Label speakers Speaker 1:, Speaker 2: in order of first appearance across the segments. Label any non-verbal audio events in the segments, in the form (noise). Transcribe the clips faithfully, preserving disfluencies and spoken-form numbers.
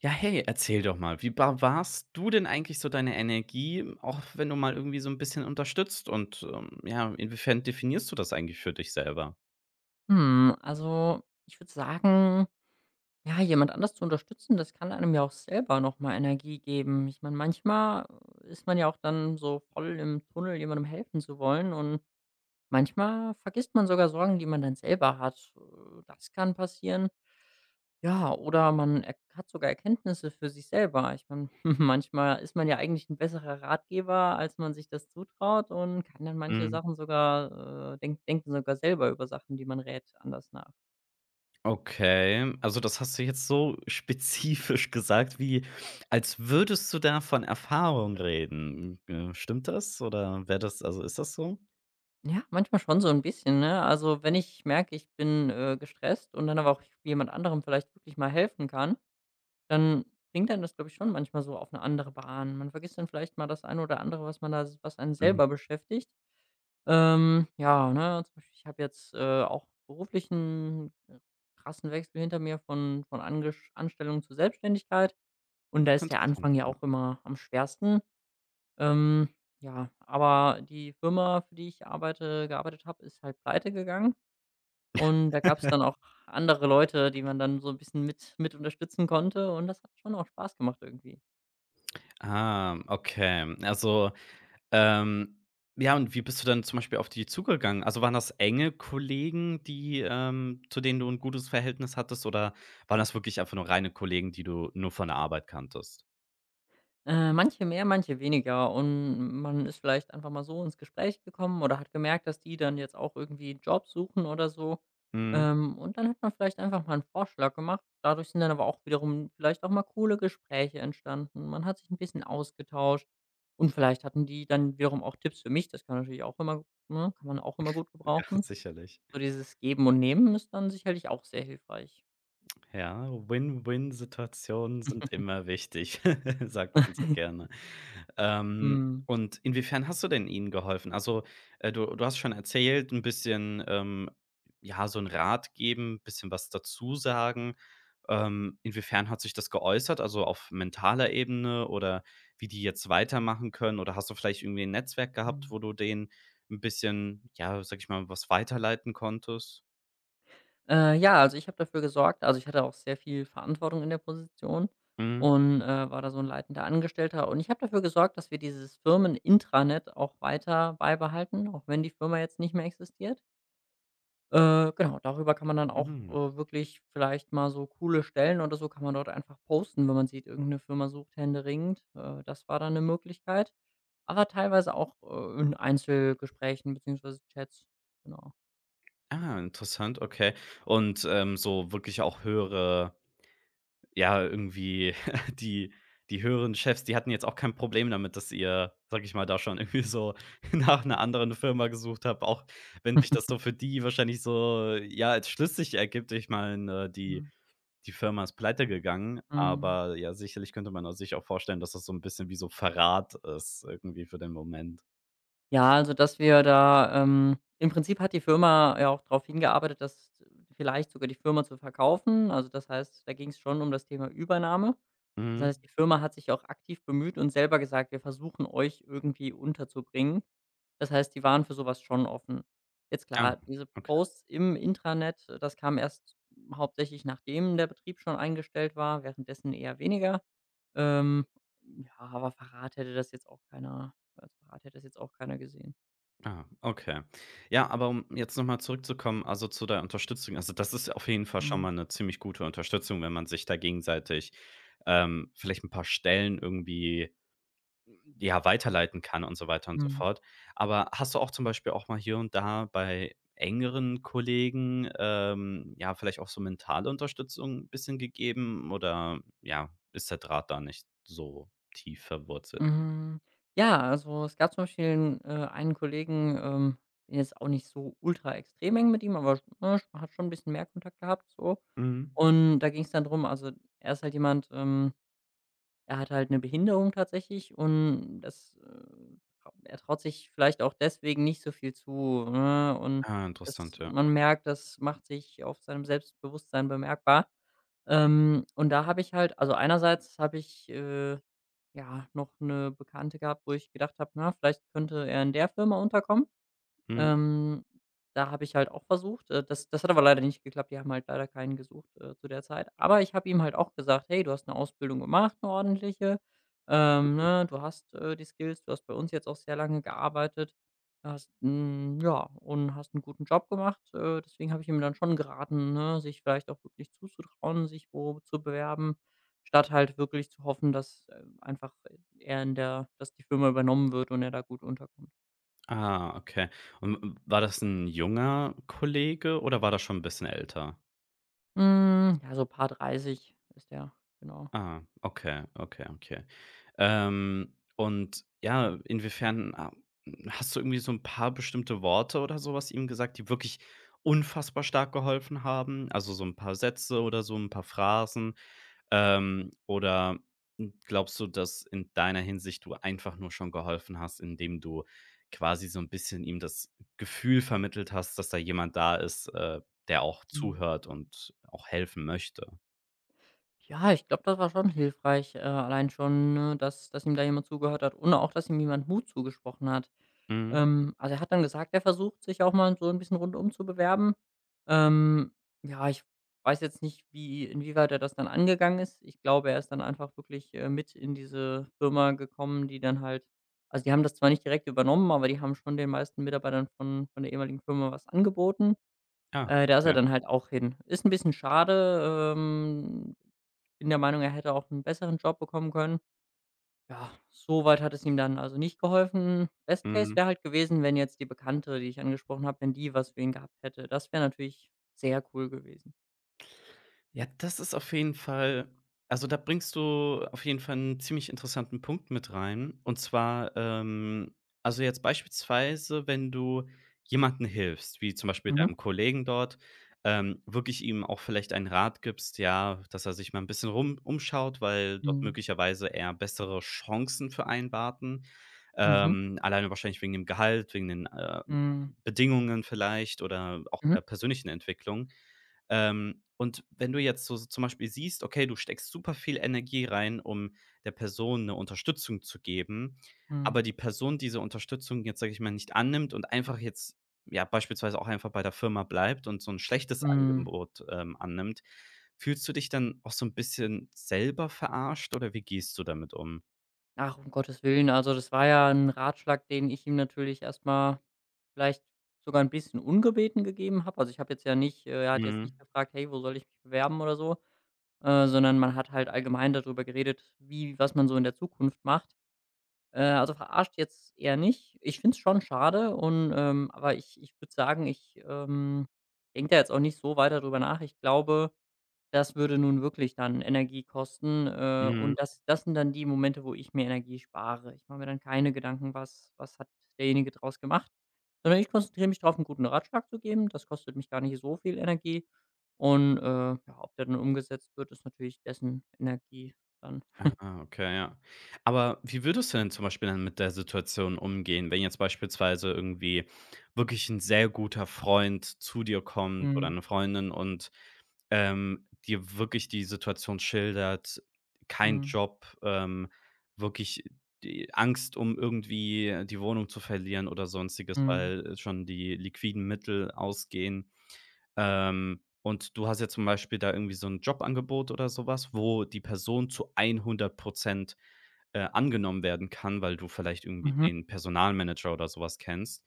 Speaker 1: Ja, hey, erzähl doch mal, wie ba- warst du denn eigentlich so deine Energie, auch wenn du mal irgendwie so ein bisschen unterstützt und, ähm, ja, inwiefern definierst du das eigentlich für dich selber?
Speaker 2: Hm, also ich würde sagen, ja, jemand anders zu unterstützen, das kann einem ja auch selber nochmal Energie geben. Ich meine, manchmal äh, ist man ja auch dann so voll im Tunnel, jemandem helfen zu wollen, und manchmal vergisst man sogar Sorgen, die man dann selber hat. Äh, Das kann passieren. Ja, oder man er hat sogar Erkenntnisse für sich selber. Ich meine, (laughs) manchmal ist man ja eigentlich ein besserer Ratgeber, als man sich das zutraut, und kann dann manche
Speaker 1: Mhm.
Speaker 2: Sachen sogar, äh, denk denken sogar selber über Sachen, die man rät, anders nach.
Speaker 1: Okay, also das hast du jetzt so (laughs) spezifisch gesagt, wie als würdest du da von Erfahrung reden. Äh, stimmt das oder wäre das, also, ist das so?
Speaker 2: Ja, manchmal schon so ein bisschen, ne? Also, wenn ich merke, ich bin, äh, gestresst und dann aber auch jemand anderem vielleicht wirklich mal helfen kann, dann bringt dann das, glaube ich, schon manchmal so auf eine andere Bahn. Man vergisst dann vielleicht mal das eine oder andere, was man da s was einen
Speaker 1: Mhm.
Speaker 2: selber beschäftigt. Ähm, ja, ne, zum Beispiel, ich habe jetzt, äh, auch beruflichen äh, krassen Wechsel hinter mir von von Angesch Anstellung zur Selbstständigkeit, und da ist der
Speaker 1: Interessant,
Speaker 2: Anfang ja
Speaker 1: ja.
Speaker 2: auch immer am schwersten. Ähm, ja, aber die Firma, für die ich arbeite gearbeitet habe, ist halt pleite gegangen, und da gab es dann
Speaker 1: (laughs)
Speaker 2: auch andere Leute, die man dann so ein bisschen mit mit unterstützen konnte, und das hat schon auch Spaß gemacht irgendwie.
Speaker 1: Ah, okay. Also, Ähm, ja, und wie bist du denn zum Beispiel auf die zugegangen? Also, waren das enge Kollegen, die ähm, zu denen du ein gutes Verhältnis hattest, oder waren das wirklich einfach nur reine Kollegen, die du nur von der Arbeit kanntest?
Speaker 2: Äh, manche mehr, manche weniger. Und man ist vielleicht einfach mal so ins Gespräch gekommen oder hat gemerkt, dass die dann jetzt auch irgendwie Jobs suchen oder so.
Speaker 1: Mhm,
Speaker 2: Ähm, und dann hat man vielleicht einfach mal einen Vorschlag gemacht. Dadurch sind dann aber auch wiederum vielleicht auch mal coole Gespräche entstanden. Man hat sich ein bisschen ausgetauscht. Und vielleicht hatten die dann wiederum auch Tipps für mich. Das kann natürlich auch immer, ne, kann man auch immer gut
Speaker 1: ja,
Speaker 2: gebrauchen.
Speaker 1: (laughs) sicherlich.
Speaker 2: So, dieses Geben und Nehmen ist dann sicherlich auch sehr hilfreich.
Speaker 1: Ja, Win-Win-Situationen sind immer wichtig, (laughs) sagt man so gerne.
Speaker 2: (laughs)
Speaker 1: Ähm,
Speaker 2: Mhm.
Speaker 1: und inwiefern hast du denn ihnen geholfen? Also, äh, du du hast schon erzählt, ein bisschen, ähm, ja, so einen Rat geben, ein bisschen was dazu sagen. Ähm, inwiefern hat sich das geäußert? Also, auf mentaler Ebene oder wie die jetzt weitermachen können? Oder hast du vielleicht irgendwie ein Netzwerk gehabt, wo du denen ein bisschen, ja, sag ich mal, was weiterleiten konntest?
Speaker 2: Äh, ja, also ich habe dafür gesorgt, also ich hatte auch sehr viel Verantwortung in der Position
Speaker 1: Mhm.
Speaker 2: und, äh, war da so ein leitender Angestellter. Und ich habe dafür gesorgt, dass wir dieses Firmen-Intranet auch weiter beibehalten, auch wenn die Firma jetzt nicht mehr existiert. Äh, genau, darüber kann man dann auch,
Speaker 1: Mhm.
Speaker 2: äh, wirklich vielleicht mal so coole Stellen oder so kann man dort einfach posten, wenn man sieht, irgendeine Firma sucht händeringend. Äh, das war dann eine Möglichkeit, aber teilweise auch, äh, in Einzelgesprächen beziehungsweise Chats, genau.
Speaker 1: Ah, interessant, okay. Und, ähm, so wirklich auch höhere, ja, irgendwie (laughs) die die höheren Chefs, die hatten jetzt auch kein Problem damit, dass ihr, sage ich mal, da schon irgendwie so (laughs) nach einer anderen Firma gesucht habt, auch wenn sich das so für die wahrscheinlich so, ja, als schlüssig ergibt. Ich meine, äh, die
Speaker 2: Mhm.
Speaker 1: die Firma ist pleite gegangen.
Speaker 2: Mhm.
Speaker 1: Aber ja, sicherlich könnte man auch sich auch vorstellen, dass das so ein bisschen wie so Verrat ist irgendwie für den Moment.
Speaker 2: Ja, also, dass wir da, ähm, im Prinzip hat die Firma ja auch darauf hingearbeitet, dass vielleicht sogar die Firma zu verkaufen. Also, das heißt, da ging es schon um das Thema Übernahme. Das
Speaker 1: Mhm.
Speaker 2: heißt, die Firma hat sich auch aktiv bemüht und selber gesagt: „Wir versuchen, euch irgendwie unterzubringen.“ Das heißt, die waren für sowas schon offen. Jetzt
Speaker 1: Ah,
Speaker 2: klar, diese
Speaker 1: okay.
Speaker 2: Posts im Intranet, äh, das kam erst hauptsächlich, nachdem der Betrieb schon eingestellt war, währenddessen eher weniger. Ähm, ja, aber Verrat hätte das jetzt auch keiner, also, Verrat hätte das jetzt auch keiner gesehen.
Speaker 1: Ah, okay. Ja, aber um jetzt noch mal zurückzukommen, also zu der Unterstützung. Also, das ist auf jeden Fall schon
Speaker 2: Mhm,
Speaker 1: mal eine ziemlich gute Unterstützung, wenn man sich da gegenseitig, ähm, vielleicht ein paar Stellen irgendwie, ja, weiterleiten kann und so weiter und so
Speaker 2: mhm.
Speaker 1: fort. Aber hast du auch zum Beispiel auch mal hier und da bei engeren Kollegen, ähm, ja, vielleicht auch so mentale Unterstützung ein bisschen gegeben oder, ja, ist der Draht da nicht so tief verwurzelt?
Speaker 2: Hm, mhm. Ja, also, es gab zum Beispiel 'n äh, einen Kollegen, ähm, bin jetzt auch nicht so ultra extrem eng mit ihm, aber sch ne, sch hat schon ein bisschen mehr Kontakt gehabt so.
Speaker 1: Mhm.
Speaker 2: Und da ging es dann drum, also, er ist halt jemand, ähm. Er hat halt eine Behinderung tatsächlich, und das, äh er traut sich vielleicht auch deswegen nicht so viel zu, ne? Und
Speaker 1: Ah,
Speaker 2: das,
Speaker 1: interessant, ja.
Speaker 2: man merkt, das macht sich auf seinem Selbstbewusstsein bemerkbar. Ähm, und da habe ich halt, also einerseits habe ich, äh, ja, noch eine Bekannte gehabt, wo ich gedacht habe: „Na, vielleicht könnte er in der Firma unterkommen.“
Speaker 1: Mhm.
Speaker 2: ähm, Da habe ich halt auch versucht, äh, das das hat aber leider nicht geklappt. Die haben halt leider keinen gesucht, äh, zu der Zeit. Aber ich habe ihm halt auch gesagt: „Hey, du hast eine Ausbildung gemacht, eine ordentliche, ähm, ne? Du hast, äh, die Skills, du hast bei uns jetzt auch sehr lange gearbeitet, hast 'n ja, und hast einen guten Job gemacht.“ Äh, deswegen habe ich ihm dann schon geraten, ne, sich vielleicht auch wirklich zuzutrauen, sich wo zu bewerben, statt halt wirklich zu hoffen, dass, äh, einfach äh, er in der dass die Firma übernommen wird und er da gut unterkommt.
Speaker 1: Ah, okay. Und war das ein junger Kollege oder war das schon ein bisschen älter?
Speaker 2: Hm, ja, so paar dreißig ist der, genau.
Speaker 1: Ah, okay, okay, okay. Ähm, und ja, inwiefern, ah, hast du irgendwie so ein paar bestimmte Worte oder so was ihm gesagt, die wirklich unfassbar stark geholfen haben? Also, so ein paar Sätze oder so ein paar Phrasen. Ähm, oder glaubst du, dass in deiner Hinsicht du einfach nur schon geholfen hast, indem du quasi so ein bisschen ihm das Gefühl vermittelt hast, dass da jemand da ist, äh, der auch
Speaker 2: Mhm.
Speaker 1: zuhört und auch helfen möchte?
Speaker 2: Ja, ich glaube, das war schon hilfreich, äh, allein schon, ne, dass dass ihm da jemand zugehört hat und auch, dass ihm jemand Mut zugesprochen hat.
Speaker 1: Mhm.
Speaker 2: Ähm, also, er hat dann gesagt, er versucht sich auch mal so ein bisschen rundum zu bewerben. Ähm, ja, ich weiß jetzt nicht, wie inwieweit er das dann angegangen ist. Ich glaube, er ist dann einfach wirklich, äh, mit in diese Firma gekommen, die dann halt, also, die haben das zwar nicht direkt übernommen, aber die haben schon den meisten Mitarbeitern von von der ehemaligen Firma was angeboten.
Speaker 1: Ja,
Speaker 2: Äh, da ist er
Speaker 1: okay.
Speaker 2: dann halt auch hin. Ist ein bisschen schade, ähm, bin der Meinung, er hätte auch einen besseren Job bekommen können. Ja, so weit hat es ihm dann also nicht geholfen. Best Case
Speaker 1: Mhm.
Speaker 2: wäre halt gewesen, wenn jetzt die Bekannte, die ich angesprochen habe, wenn die was für ihn gehabt hätte. Das wäre natürlich sehr cool gewesen.
Speaker 1: Ja, das ist auf jeden Fall, also, da bringst du auf jeden Fall einen ziemlich interessanten Punkt mit rein. Und zwar, ähm also, jetzt beispielsweise, wenn du jemandem hilfst, wie zum Beispiel
Speaker 2: Mhm.
Speaker 1: deinem Kollegen dort, ähm, wirklich ihm auch vielleicht einen Rat gibst, ja, dass er sich mal ein bisschen rum umschaut, weil dort
Speaker 2: Mhm.
Speaker 1: möglicherweise eher bessere Chancen für einen warten.
Speaker 2: Mhm.
Speaker 1: Ähm, alleine wahrscheinlich wegen dem Gehalt, wegen den, äh,
Speaker 2: Mhm.
Speaker 1: Bedingungen vielleicht oder auch
Speaker 2: Mhm.
Speaker 1: der persönlichen Entwicklung. Ähm, und wenn du jetzt so so zum Beispiel siehst, okay, du steckst super viel Energie rein, um der Person eine Unterstützung zu geben,
Speaker 2: Mhm.
Speaker 1: aber die Person diese Unterstützung jetzt, sage ich mal, nicht annimmt und einfach jetzt, ja, beispielsweise auch einfach bei der Firma bleibt und so ein schlechtes
Speaker 2: Mhm.
Speaker 1: Angebot, ähm, annimmt, fühlst du dich dann auch so ein bisschen selber verarscht oder wie gehst du damit um?
Speaker 2: Ach, um Gottes Willen. Also, das war ja ein Ratschlag, den ich ihm natürlich erstmal vielleicht sogar ein bisschen ungebeten gegeben habe. Also, ich habe jetzt ja nicht, äh, er hat jetzt
Speaker 1: Mhm.
Speaker 2: nicht gefragt: „Hey, wo soll ich mich bewerben?“ oder so, äh, sondern man hat halt allgemein darüber geredet, wie was man so in der Zukunft macht. Äh, also, verarscht jetzt eher nicht. Ich finde es schon schade und, ähm, aber ich ich würde sagen, ich, ähm, denke da jetzt auch nicht so weiter drüber nach. Ich glaube, das würde nun wirklich dann Energie kosten, äh,
Speaker 1: Mhm.
Speaker 2: und das das sind dann die Momente, wo ich mir Energie spare. Ich mache mir dann keine Gedanken, was was hat derjenige draus gemacht, sondern ich konzentriere mich darauf, einen guten Ratschlag zu geben. Das kostet mich gar nicht so viel Energie, und, äh, ja, ob der dann umgesetzt wird, ist natürlich dessen Energie dann.
Speaker 1: Ah, okay, ja. Aber wie würdest du denn zum Beispiel dann mit der Situation umgehen, wenn jetzt beispielsweise irgendwie wirklich ein sehr guter Freund zu dir kommt oder
Speaker 2: Mhm,
Speaker 1: eine Freundin und, ähm, dir wirklich die Situation schildert, kein
Speaker 2: mhm,
Speaker 1: Job, ähm, wirklich die Angst, um irgendwie die Wohnung zu verlieren oder Sonstiges,
Speaker 2: mhm,
Speaker 1: weil schon die liquiden Mittel ausgehen? Ähm, und du hast jetzt zum Beispiel da irgendwie so ein Jobangebot oder sowas, wo die Person zu hundert äh, angenommen werden kann, weil du vielleicht irgendwie
Speaker 2: mhm,
Speaker 1: den Personalmanager oder sowas kennst.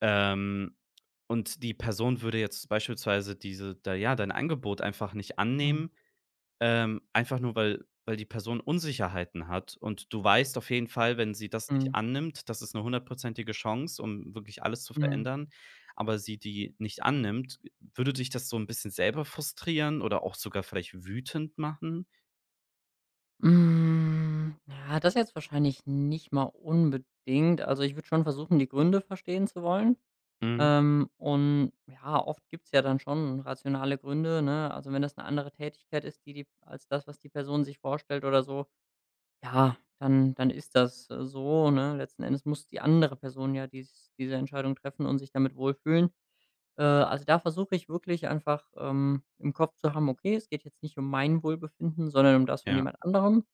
Speaker 1: Ähm, und die Person würde jetzt beispielsweise diese, da ja, dein Angebot einfach nicht
Speaker 2: mhm,
Speaker 1: annehmen, ähm, einfach nur, weil weil die Person Unsicherheiten hat und du weißt auf jeden Fall, wenn sie das nicht
Speaker 2: mhm,
Speaker 1: annimmt, das ist eine hundertprozentige Chance, um wirklich alles zu
Speaker 2: mhm.
Speaker 1: verändern, aber sie die nicht annimmt, würde dich das so ein bisschen selber frustrieren oder auch sogar vielleicht wütend machen?
Speaker 2: Hm, ja, das jetzt wahrscheinlich nicht mal unbedingt. Also, ich würde schon versuchen, die Gründe verstehen zu wollen.
Speaker 1: Mhm,
Speaker 2: Ähm, und ja, oft gibt's ja dann schon rationale Gründe, ne? Also, wenn das eine andere Tätigkeit ist, die die als das, was die Person sich vorstellt oder so, ja, dann dann ist das, äh, so, ne? Letzten Endes muss die andere Person ja dies diese Entscheidung treffen und sich damit wohlfühlen. Äh, also, da versuche ich wirklich einfach, ähm, im Kopf zu haben: „Okay, es geht jetzt nicht um mein Wohlbefinden, sondern um das von
Speaker 1: ja.
Speaker 2: jemand anderem.“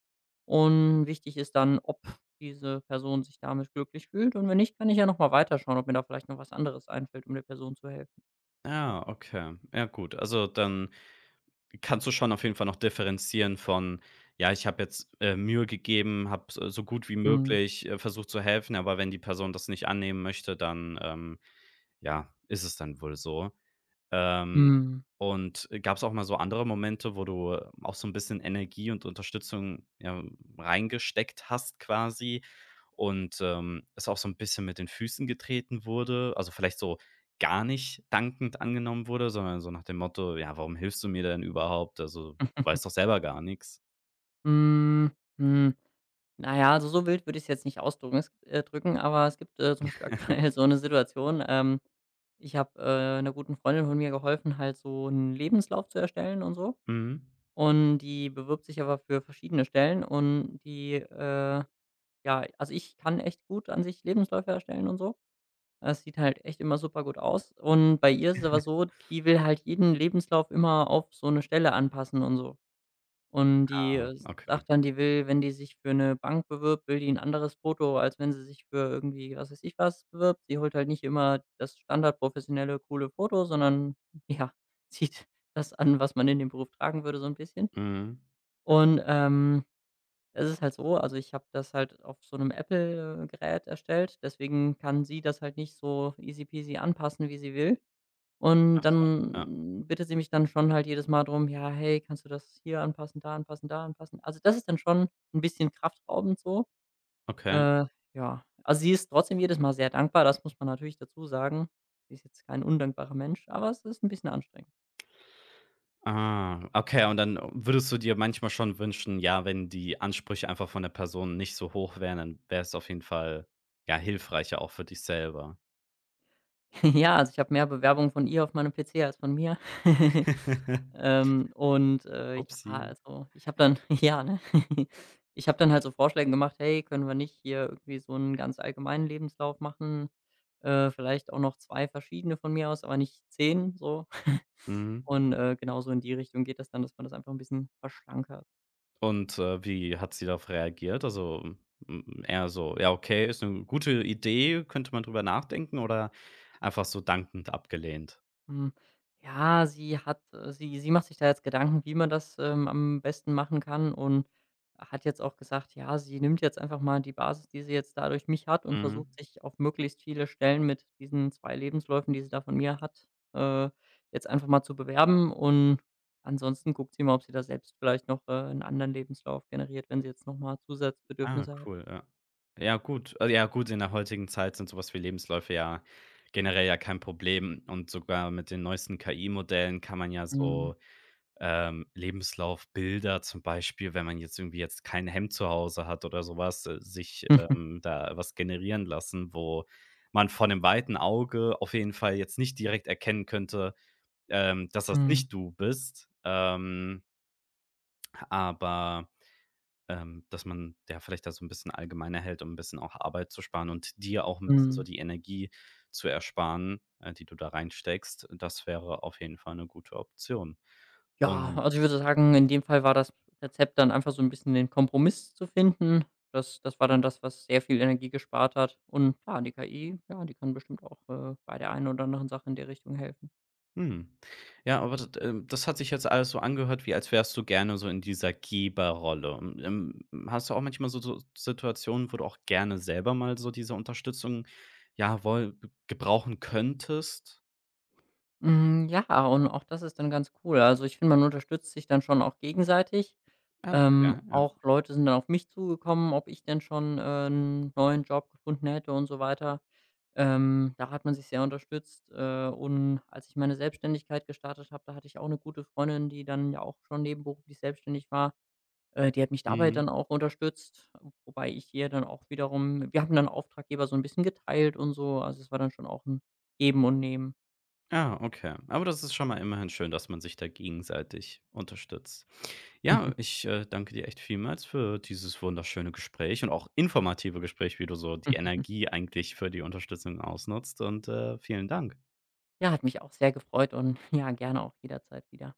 Speaker 2: Und wichtig ist dann, ob diese Person sich damit glücklich fühlt, und wenn nicht, kann ich ja noch mal weiterschauen, ob mir da vielleicht noch was anderes einfällt, um der Person zu helfen.
Speaker 1: Ah, okay. Ja gut, also dann kannst du schon auf jeden Fall noch differenzieren von: „Ja, ich habe jetzt, äh, Mühe gegeben, habe so so gut wie
Speaker 2: Mhm.
Speaker 1: möglich, äh, versucht zu helfen", aber wenn die Person das nicht annehmen möchte, dann, ähm Ja, ist es dann wohl so. Ähm,
Speaker 2: Mhm.
Speaker 1: und gab es auch mal so andere Momente, wo du, äh, auch so ein bisschen Energie und Unterstützung, ja, reingesteckt hast quasi und, ähm, es auch so ein bisschen mit den Füßen getreten wurde? Also, vielleicht so gar nicht dankend angenommen wurde, sondern so nach dem Motto: „Ja, warum hilfst du mir denn überhaupt? Also,
Speaker 2: (laughs)
Speaker 1: weiß doch selber gar nichts."
Speaker 2: Hm, hm. Na ja, also, so wild würde ich es jetzt nicht ausdrücken es äh, drücken, aber es gibt, äh, zum Beispiel (laughs) aktuell so eine Situation, ähm, ich habe, äh, 'ner guten Freundin von mir geholfen, halt so einen Lebenslauf zu erstellen und so.
Speaker 1: Mhm.
Speaker 2: Und die bewirbt sich aber für verschiedene Stellen, und die, äh ja, also, ich kann echt gut an sich Lebensläufe erstellen und so. Es sieht halt echt immer super gut aus. Und bei ihr ist es aber so, die will halt jeden Lebenslauf immer auf so eine Stelle anpassen und so. Und die,
Speaker 1: Ah,
Speaker 2: äh,
Speaker 1: okay.
Speaker 2: sagt dann, die will, wenn die sich für eine Bank bewirbt, will die ein anderes Foto, als wenn sie sich für irgendwie, was weiß ich was, bewirbt. Sie holt halt nicht immer das standardprofessionelle, coole Foto, sondern ja, (laughs) zieht das an, was man in dem Beruf tragen würde, so ein bisschen.
Speaker 1: Mhm.
Speaker 2: Und, ähm, es ist halt so, also ich habe das halt auf so einem Apple, äh, Gerät erstellt, deswegen kann sie das halt nicht so easy peasy anpassen, wie sie will. Und
Speaker 1: Ach so, ja,
Speaker 2: dann bittet sie mich dann schon halt jedes Mal drum: „Ja, hey, kannst du das hier anpassen, da anpassen, da anpassen?“ Also, das ist dann schon ein bisschen kraftraubend so.
Speaker 1: okay.
Speaker 2: Äh, ja, also sie ist trotzdem jedes Mal sehr dankbar, das muss man natürlich dazu sagen. Sie ist jetzt kein undankbarer Mensch, aber es ist ein bisschen anstrengend.
Speaker 1: Ah, okay, und dann würdest du dir manchmal schon wünschen, ja, wenn die Ansprüche einfach von der Person nicht so hoch wären, dann wäre es auf jeden Fall, ja, hilfreicher auch für dich selber.
Speaker 2: (laughs) Ja, also ich habe mehr Bewerbungen von ihr auf meinem P C als von mir. (laughs)
Speaker 1: (laughs)
Speaker 2: Ähm, und, äh, ja,
Speaker 1: Upsi.
Speaker 2: also, ich habe dann (laughs) ja, ne? (laughs) Ich habe dann halt so Vorschläge gemacht: „Hey, können wir nicht hier irgendwie so einen ganz allgemeinen Lebenslauf machen? Äh, vielleicht auch noch zwei verschiedene von mir aus, aber nicht zehn so.“ (laughs)
Speaker 1: Mhm.
Speaker 2: Und, äh, genau so in die Richtung geht das dann, dass man das einfach ein bisschen verschlankert.
Speaker 1: Und, äh, wie hat sie darauf reagiert? Also, hm, eher so: „Ja, okay, ist eine gute Idee, könnte man drüber nachdenken", oder einfach so dankend abgelehnt?
Speaker 2: Hm, ja, sie hat äh, sie sie macht sich da jetzt Gedanken, wie man das, ähm, am besten machen kann, und hat jetzt auch gesagt, ja, sie nimmt jetzt einfach mal die Basis, die sie jetzt da durch mich hat, und versucht
Speaker 1: Mhm.
Speaker 2: sich auf möglichst viele Stellen mit diesen zwei Lebensläufen, die sie da von mir hat, äh, jetzt einfach mal zu bewerben, und ansonsten guckt sie mal, ob sie da selbst vielleicht noch, äh, 'n anderen Lebenslauf generiert, wenn sie jetzt noch mal
Speaker 1: Ah,
Speaker 2: Zusatzbedürfnisse hat.
Speaker 1: cool, ja. Ja, gut. Also, ja, gut, in der heutigen Zeit sind sowas wie Lebensläufe ja generell ja kein Problem und sogar mit den neuesten K I-Modellen kann man ja
Speaker 2: Mhm.
Speaker 1: so, ähm, Lebenslaufbilder zum Beispiel, wenn man jetzt irgendwie jetzt kein Hemd zu Hause hat oder sowas, äh, sich, ähm, da was generieren lassen, wo man von dem weiten Auge auf jeden Fall jetzt nicht direkt erkennen könnte, ähm, dass das
Speaker 2: Mhm.
Speaker 1: nicht du bist. Ähm, aber, ähm, dass man ja vielleicht da so ein bisschen allgemeiner hält, um ein bisschen auch Arbeit zu sparen und dir auch ein bisschen so
Speaker 2: Mhm.
Speaker 1: die
Speaker 2: (laughs)
Speaker 1: Energie zu ersparen, äh, die du da reinsteckst. Das wäre auf jeden Fall eine gute Option.
Speaker 2: Ja,
Speaker 1: Und.
Speaker 2: also ich würde sagen, in dem Fall war das Rezept dann einfach so ein bisschen den Kompromiss zu finden. Das das war dann das, was sehr viel Energie gespart hat. Und klar, die K I, ja, die kann bestimmt auch, äh, bei der einen oder anderen Sache in der Richtung helfen.
Speaker 1: Mhm. Ja, aber d ähm, das hat sich jetzt alles so angehört, wie als wärst du gerne so in dieser Geberrolle. Ähm, hast du auch manchmal so so Situationen, wo du auch gerne selber mal so diese Unterstützung, ja, wohl gebrauchen könntest?
Speaker 2: Hm, ja, und auch das ist dann ganz cool. Also, ich finde, man unterstützt sich dann schon auch gegenseitig.
Speaker 1: Ah,
Speaker 2: Ähm,
Speaker 1: ja, ja.
Speaker 2: auch Leute sind dann auf mich zugekommen, ob ich denn schon, äh, 'n neuen Job gefunden hätte und so weiter. Ähm, da hat man sich sehr unterstützt, äh, und als ich meine Selbstständigkeit gestartet habe, da hatte ich auch eine gute Freundin, die dann ja auch schon nebenberuflich selbstständig war. Äh, die hat mich dabei
Speaker 1: Mhm.
Speaker 2: dann auch unterstützt, wobei ich ihr dann auch wiederum, wir haben dann Auftraggeber so ein bisschen geteilt und so. Also, es war dann schon auch ein Geben und Nehmen.
Speaker 1: Ah, okay. Aber das ist schon mal immerhin schön, dass man sich da gegenseitig unterstützt. Ja, ich, äh, danke dir echt vielmals für dieses wunderschöne Gespräch und auch informative Gespräch, wie du so die
Speaker 2: (laughs)
Speaker 1: Energie eigentlich für die Unterstützung ausnutzt und, äh, vielen Dank.
Speaker 2: Ja, hat mich auch sehr gefreut und (laughs) ja, gerne auch jederzeit wieder.